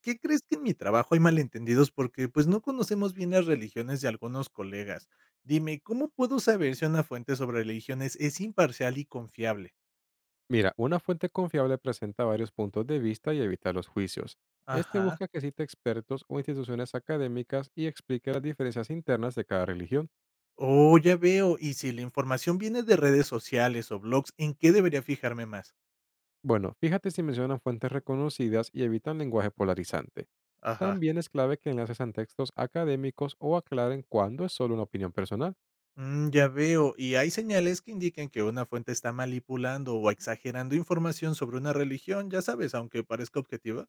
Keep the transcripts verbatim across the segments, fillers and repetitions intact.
¿Qué crees que en mi trabajo hay malentendidos porque pues no conocemos bien las religiones de algunos colegas? Dime, ¿cómo puedo saber si una fuente sobre religiones es imparcial y confiable? Mira, una fuente confiable presenta varios puntos de vista y evita los juicios. Este Ajá. busca que cite expertos o instituciones académicas y explique las diferencias internas de cada religión. Oh, ya veo. Y si la información viene de redes sociales o blogs, ¿en qué debería fijarme más? Bueno, fíjate si mencionan fuentes reconocidas y evitan lenguaje polarizante. Ajá. También es clave que enlaces a textos académicos o aclaren cuándo es solo una opinión personal. Mm, ya veo. Y hay señales que indiquen que una fuente está manipulando o exagerando información sobre una religión, ya sabes, aunque parezca objetiva.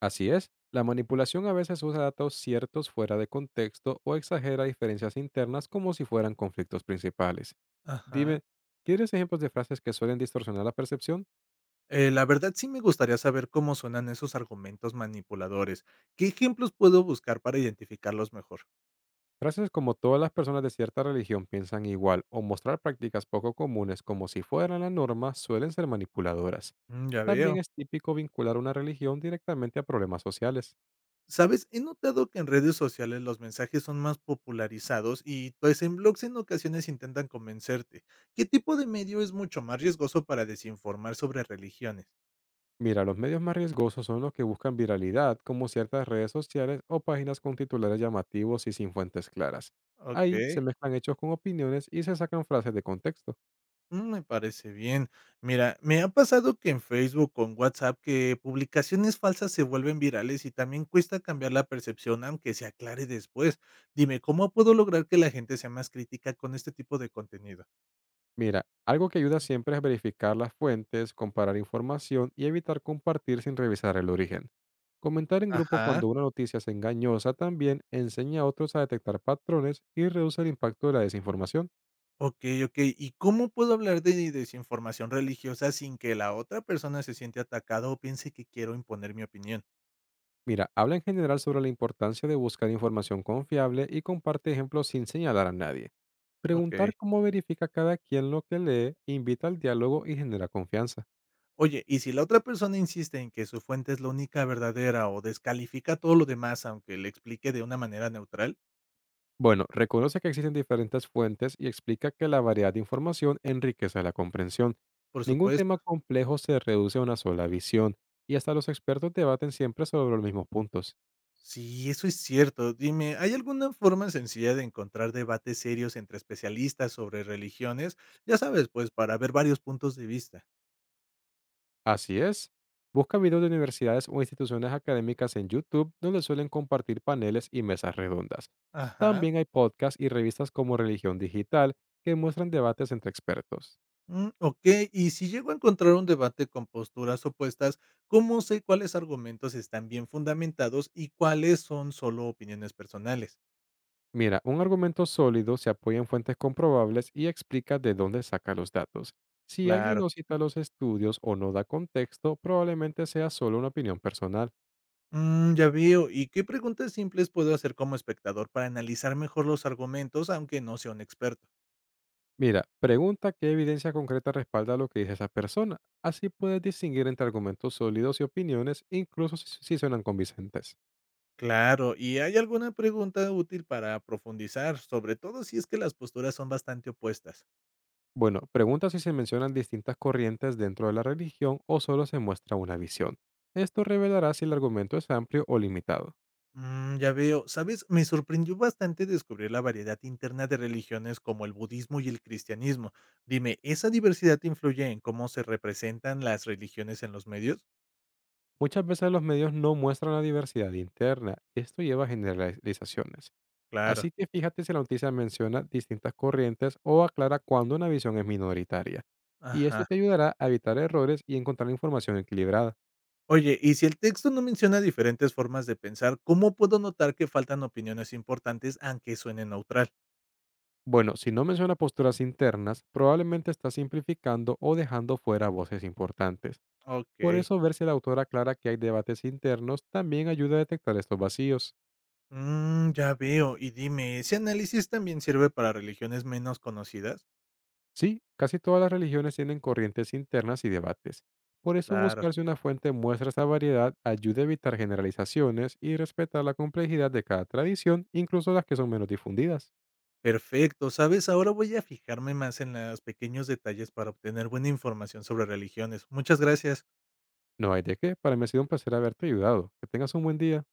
Así es, la manipulación a veces usa datos ciertos fuera de contexto o exagera diferencias internas como si fueran conflictos principales. Ajá. Dime, ¿quieres ejemplos de frases que suelen distorsionar la percepción? Eh, la verdad sí me gustaría saber cómo suenan esos argumentos manipuladores. ¿Qué ejemplos puedo buscar para identificarlos mejor? Frases como todas las personas de cierta religión piensan igual o mostrar prácticas poco comunes como si fueran la norma suelen ser manipuladoras. Mm, ya También veo. es típico vincular una religión directamente a problemas sociales. Sabes, he notado que en redes sociales los mensajes son más popularizados y pues en blogs en ocasiones intentan convencerte. ¿Qué tipo de medio es mucho más riesgoso para desinformar sobre religiones? Mira, los medios más riesgosos son los que buscan viralidad, como ciertas redes sociales o páginas con titulares llamativos y sin fuentes claras. Ok. Ahí se mezclan hechos con opiniones y se sacan frases de contexto. Mm, me parece bien. Mira, me ha pasado que en Facebook o en WhatsApp que publicaciones falsas se vuelven virales y también cuesta cambiar la percepción aunque se aclare después. Dime, ¿cómo puedo lograr que la gente sea más crítica con este tipo de contenido? Mira, algo que ayuda siempre es verificar las fuentes, comparar información y evitar compartir sin revisar el origen. Comentar en grupo Ajá. cuando una noticia es engañosa también enseña a otros a detectar patrones y reduce el impacto de la desinformación. Ok, ok. ¿Y cómo puedo hablar de desinformación religiosa sin que la otra persona se siente atacada o piense que quiero imponer mi opinión? Mira, habla en general sobre la importancia de buscar información confiable y comparte ejemplos sin señalar a nadie. Ok. Preguntar cómo verifica cada quien lo que lee invita al diálogo y genera confianza. Oye, y si la otra persona insiste en que su fuente es la única verdadera o descalifica todo lo demás, aunque le explique de una manera neutral, Bueno, reconoce que existen diferentes fuentes y explica que la variedad de información enriquece la comprensión. por Ningún supuesto. tema complejo se reduce a una sola visión y hasta los expertos debaten siempre sobre los mismos puntos. Sí, eso es cierto. Dime, ¿hay alguna forma sencilla de encontrar debates serios entre especialistas sobre religiones? Ya sabes, pues para ver varios puntos de vista. Así es. Busca videos de universidades o instituciones académicas en YouTube donde suelen compartir paneles y mesas redondas. Ajá. También hay podcasts y revistas como Religión Digital que muestran debates entre expertos. Mm, ok, y si llego a encontrar un debate con posturas opuestas, ¿cómo sé cuáles argumentos están bien fundamentados y cuáles son solo opiniones personales? Mira, un argumento sólido se apoya en fuentes comprobables y explica de dónde saca los datos. Si alguien Claro. no cita los estudios o no da contexto, probablemente sea solo una opinión personal. Mm, ya veo. ¿Y qué preguntas simples puedo hacer como espectador para analizar mejor los argumentos, aunque no sea un experto? Mira, pregunta qué evidencia concreta respalda lo que dice esa persona. Así puedes distinguir entre argumentos sólidos y opiniones, incluso si, si suenan convincentes. Claro, ¿y hay alguna pregunta útil para profundizar, sobre todo si es que las posturas son bastante opuestas? Bueno, pregunta si se mencionan distintas corrientes dentro de la religión o solo se muestra una visión. Esto revelará si el argumento es amplio o limitado. Mm, ya veo. ¿Sabes? Me sorprendió bastante descubrir la variedad interna de religiones como el budismo y el cristianismo. Dime, ¿esa diversidad influye en cómo se representan las religiones en los medios? Muchas veces los medios no muestran la diversidad interna y esto lleva a generalizaciones. Claro. Así que fíjate si la noticia menciona distintas corrientes o aclara cuando una visión es minoritaria. Y esto Ajá. te ayudará a evitar errores y encontrar información equilibrada. Oye, y si el texto no menciona diferentes formas de pensar, ¿cómo puedo notar que faltan opiniones importantes aunque suene neutral? Bueno, si no menciona posturas internas, probablemente está simplificando o dejando fuera voces importantes. Por Ok. eso ver si la autora aclara que hay debates internos también ayuda a detectar estos vacíos. Mm, ya veo. Y dime, ¿ese análisis también sirve para religiones menos conocidas? Sí, casi todas las religiones tienen corrientes internas y debates. Por eso Claro. buscarse una fuente muestra esta variedad ayuda a evitar generalizaciones y respetar la complejidad de cada tradición, incluso las que son menos difundidas. Perfecto. Sabes, ahora voy a fijarme más en los pequeños detalles para obtener buena información sobre religiones. Muchas gracias. No hay de qué, para mí ha sido un placer haberte ayudado. Que tengas un buen día.